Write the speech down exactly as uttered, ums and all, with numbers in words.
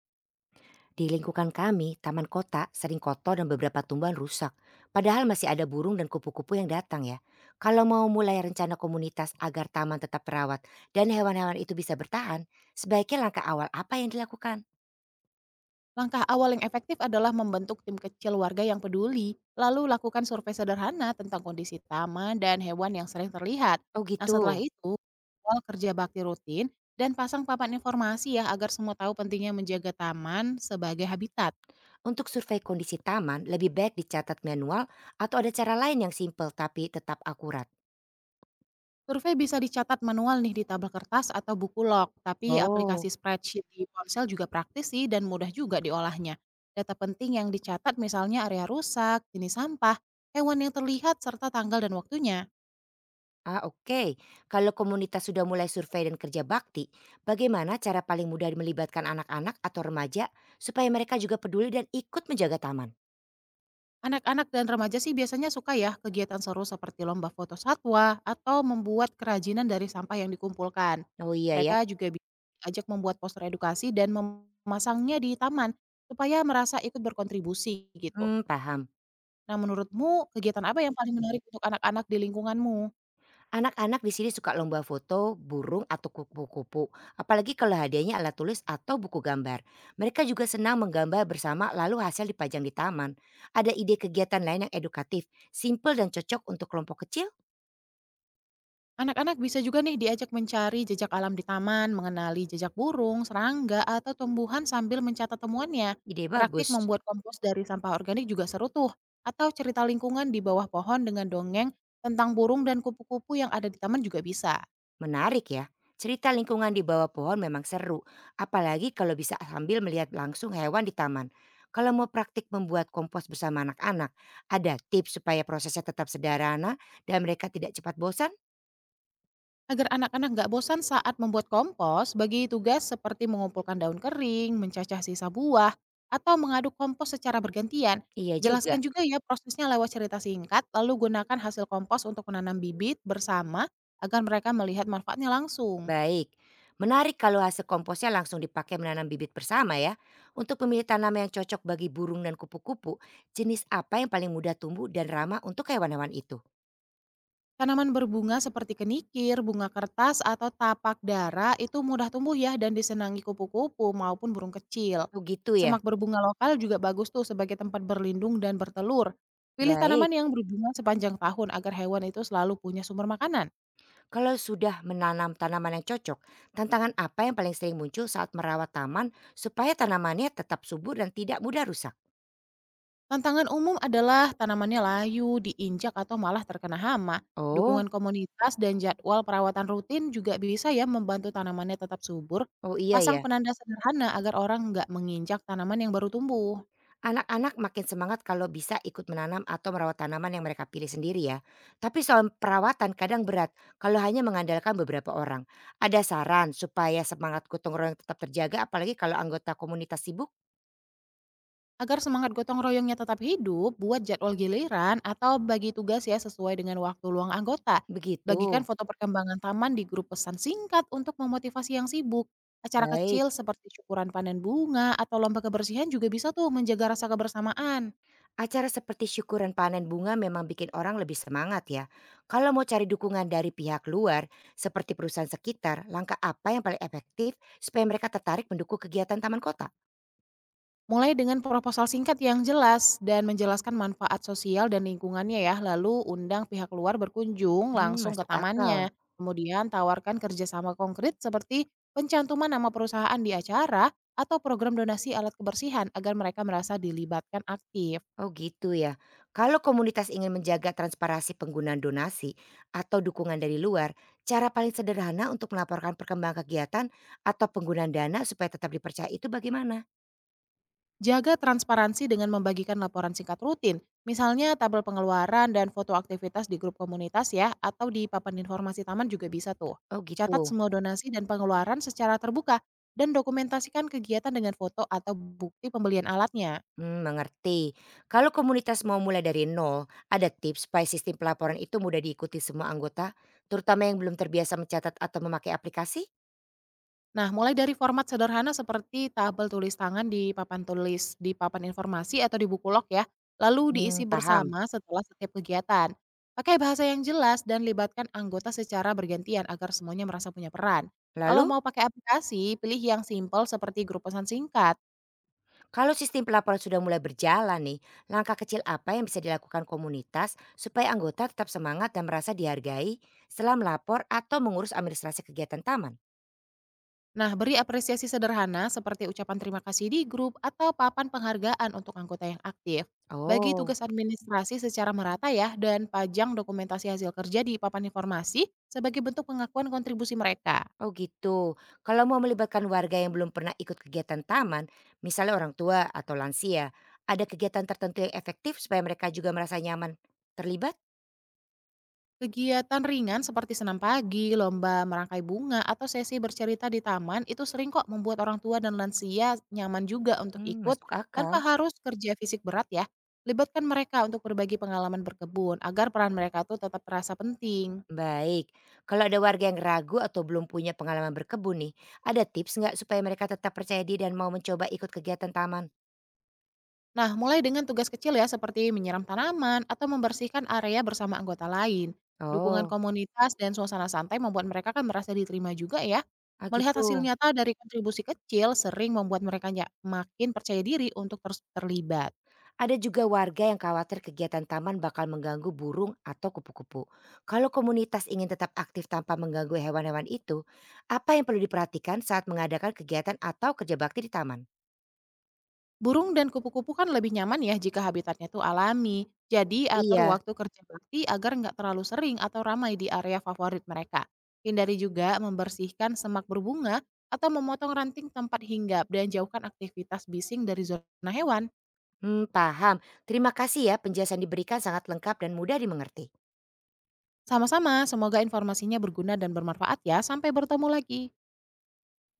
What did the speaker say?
Di lingkungan kami, taman kota sering kotor dan beberapa tumbuhan rusak. Padahal masih ada burung dan kupu-kupu yang datang ya. Kalau mau mulai rencana komunitas agar taman tetap terawat dan hewan-hewan itu bisa bertahan, sebaiknya langkah awal apa yang dilakukan? Langkah awal yang efektif adalah membentuk tim kecil warga yang peduli, lalu lakukan survei sederhana tentang kondisi taman dan hewan yang sering terlihat. Oh Nah, setelah gitu. itu, awal kerja bakti rutin dan pasang papan informasi ya, agar semua tahu pentingnya menjaga taman sebagai habitat. Untuk survei kondisi taman, lebih baik dicatat manual atau ada cara lain yang simpel tapi tetap akurat. Survei bisa dicatat manual nih di tabel kertas atau buku log, tapi aplikasi Oh, spreadsheet di ponsel juga praktis sih dan mudah juga diolahnya. Data penting yang dicatat misalnya area rusak, jenis sampah, hewan yang terlihat, serta tanggal dan waktunya. ah, oke. Kalau komunitas sudah mulai survei dan kerja bakti, bagaimana cara paling mudah melibatkan anak-anak atau remaja supaya mereka juga peduli dan ikut menjaga taman? Anak-anak dan remaja sih biasanya suka ya kegiatan seru seperti lomba foto satwa atau membuat kerajinan dari sampah yang dikumpulkan. Oh iya ya, Mereka juga bi- ajak membuat poster edukasi dan memasangnya di taman supaya merasa ikut berkontribusi gitu. hmm, paham. Nah, menurutmu kegiatan apa yang paling menarik untuk anak-anak di lingkunganmu? Anak-anak di sini suka lomba foto, burung, atau kupu-kupu. Apalagi kalau hadiahnya alat tulis atau buku gambar. Mereka juga senang menggambar bersama lalu hasil dipajang di taman. Ada ide kegiatan lain yang edukatif, simple dan cocok untuk kelompok kecil? Anak-anak bisa juga nih diajak mencari jejak alam di taman, mengenali jejak burung, serangga, atau tumbuhan sambil mencatat temuannya. Ide Praktik bagus. membuat kompos dari sampah organik juga seru tuh. Atau cerita lingkungan di bawah pohon dengan dongeng tentang burung dan kupu-kupu yang ada di taman juga bisa. Menarik ya, cerita lingkungan di bawah pohon memang seru, apalagi kalau bisa sambil melihat langsung hewan di taman. Kalau mau praktik membuat kompos bersama anak-anak, ada tips supaya prosesnya tetap sederhana dan mereka tidak cepat bosan? Agar anak-anak nggak bosan saat membuat kompos, bagi tugas seperti mengumpulkan daun kering, mencacah sisa buah, atau mengaduk kompos secara bergantian. Iya juga, Jelaskan juga ya prosesnya lewat cerita singkat, lalu gunakan hasil kompos untuk menanam bibit bersama agar mereka melihat manfaatnya langsung. baik. Menarik kalau hasil komposnya langsung dipakai menanam bibit bersama ya. Untuk memilih tanaman yang cocok bagi burung dan kupu-kupu, jenis apa yang paling mudah tumbuh dan ramah untuk hewan-hewan itu? Tanaman berbunga seperti kenikir, bunga kertas, atau tapak dara itu mudah tumbuh ya dan disenangi kupu-kupu maupun burung kecil. Begitu ya? Semak berbunga lokal juga bagus tuh sebagai tempat berlindung dan bertelur. Pilih tanaman Baik. yang berbunga sepanjang tahun agar hewan itu selalu punya sumber makanan. Kalau sudah menanam tanaman yang cocok, tantangan apa yang paling sering muncul saat merawat taman supaya tanamannya tetap subur dan tidak mudah rusak? Tantangan umum adalah tanamannya layu, diinjak, atau malah terkena hama. Oh, Dukungan komunitas dan jadwal perawatan rutin juga bisa ya membantu tanamannya tetap subur. oh iya Pasang ya. penanda sederhana agar orang nggak menginjak tanaman yang baru tumbuh. Anak-anak makin semangat kalau bisa ikut menanam atau merawat tanaman yang mereka pilih sendiri ya. Tapi soal perawatan kadang berat kalau hanya mengandalkan beberapa orang. Ada saran supaya semangat gotong royong tetap terjaga apalagi kalau anggota komunitas sibuk? Agar semangat gotong royongnya tetap hidup, buat jadwal giliran atau bagi tugas ya sesuai dengan waktu luang anggota. Bagikan Begitu. foto perkembangan taman di grup pesan singkat untuk memotivasi yang sibuk. Acara Baik. kecil seperti syukuran panen bunga atau lomba kebersihan juga bisa tuh menjaga rasa kebersamaan. Acara seperti syukuran panen bunga memang bikin orang lebih semangat ya. Kalau mau cari dukungan dari pihak luar, seperti perusahaan sekitar, langkah apa yang paling efektif supaya mereka tertarik mendukung kegiatan taman kota? Mulai dengan proposal singkat yang jelas dan menjelaskan manfaat sosial dan lingkungannya ya, lalu undang pihak luar berkunjung Hmm, langsung ke masuk akal. tamannya. Kemudian tawarkan kerjasama konkret seperti pencantuman nama perusahaan di acara atau program donasi alat kebersihan agar mereka merasa dilibatkan aktif. Oh gitu ya. Kalau komunitas ingin menjaga transparansi penggunaan donasi atau dukungan dari luar, cara paling sederhana untuk melaporkan perkembangan kegiatan atau penggunaan dana supaya tetap dipercaya itu bagaimana? Jaga transparansi dengan membagikan laporan singkat rutin, misalnya tabel pengeluaran dan foto aktivitas di grup komunitas ya, atau di papan informasi taman juga bisa tuh. Oh Catat gitu. semua donasi dan pengeluaran secara terbuka, dan dokumentasikan kegiatan dengan foto atau bukti pembelian alatnya. Mmm, mengerti. Kalau komunitas mau mulai dari nol, ada tips supaya sistem pelaporan itu mudah diikuti semua anggota, terutama yang belum terbiasa mencatat atau memakai aplikasi? Nah, mulai dari format sederhana seperti tabel tulis tangan di papan tulis, di papan informasi atau di buku log ya, lalu Mmm, diisi paham. bersama setelah setiap kegiatan. Pakai bahasa yang jelas dan libatkan anggota secara bergantian agar semuanya merasa punya peran. Kalau Lalu, mau pakai aplikasi, pilih yang simple seperti grup pesan singkat. kalau sistem pelaporan sudah mulai berjalan nih, langkah kecil apa yang bisa dilakukan komunitas supaya anggota tetap semangat dan merasa dihargai setelah melapor atau mengurus administrasi kegiatan taman? Nah, beri apresiasi sederhana seperti ucapan terima kasih di grup atau papan penghargaan untuk anggota yang aktif. Bagi Oh. tugas administrasi secara merata ya, dan pajang dokumentasi hasil kerja di papan informasi sebagai bentuk pengakuan kontribusi mereka. Oh gitu. Kalau mau melibatkan warga yang belum pernah ikut kegiatan taman, misalnya orang tua atau lansia, ada kegiatan tertentu yang efektif supaya mereka juga merasa nyaman terlibat? Kegiatan ringan seperti senam pagi, lomba merangkai bunga, atau sesi bercerita di taman itu sering kok membuat orang tua dan lansia nyaman juga untuk Hmm, ikut masuk akal. tanpa harus kerja fisik berat ya. Libatkan mereka untuk berbagi pengalaman berkebun agar peran mereka tuh tetap terasa penting. Baik. Kalau ada warga yang ragu atau belum punya pengalaman berkebun nih, ada tips nggak supaya mereka tetap percaya diri dan mau mencoba ikut kegiatan taman? Nah, mulai dengan tugas kecil ya, seperti menyiram tanaman atau membersihkan area bersama anggota lain. Dukungan Oh, komunitas dan suasana santai membuat mereka kan merasa diterima juga ya. ah Melihat hasil gitu. nyata dari kontribusi kecil sering membuat mereka nya- makin percaya diri untuk terus terlibat. Ada juga warga yang khawatir kegiatan taman bakal mengganggu burung atau kupu-kupu. Kalau komunitas ingin tetap aktif tanpa mengganggu hewan-hewan itu, apa yang perlu diperhatikan saat mengadakan kegiatan atau kerja bakti di taman? Burung dan kupu-kupu kan lebih nyaman ya jika habitatnya tuh alami. Jadi atur Iya, waktu kerja bakti agar nggak terlalu sering atau ramai di area favorit mereka. Hindari juga membersihkan semak berbunga atau memotong ranting tempat hinggap dan jauhkan aktivitas bising dari zona hewan. hmm, paham. Terima kasih ya penjelasan diberikan sangat lengkap dan mudah dimengerti. Sama-sama, semoga informasinya berguna dan bermanfaat ya. Sampai bertemu lagi.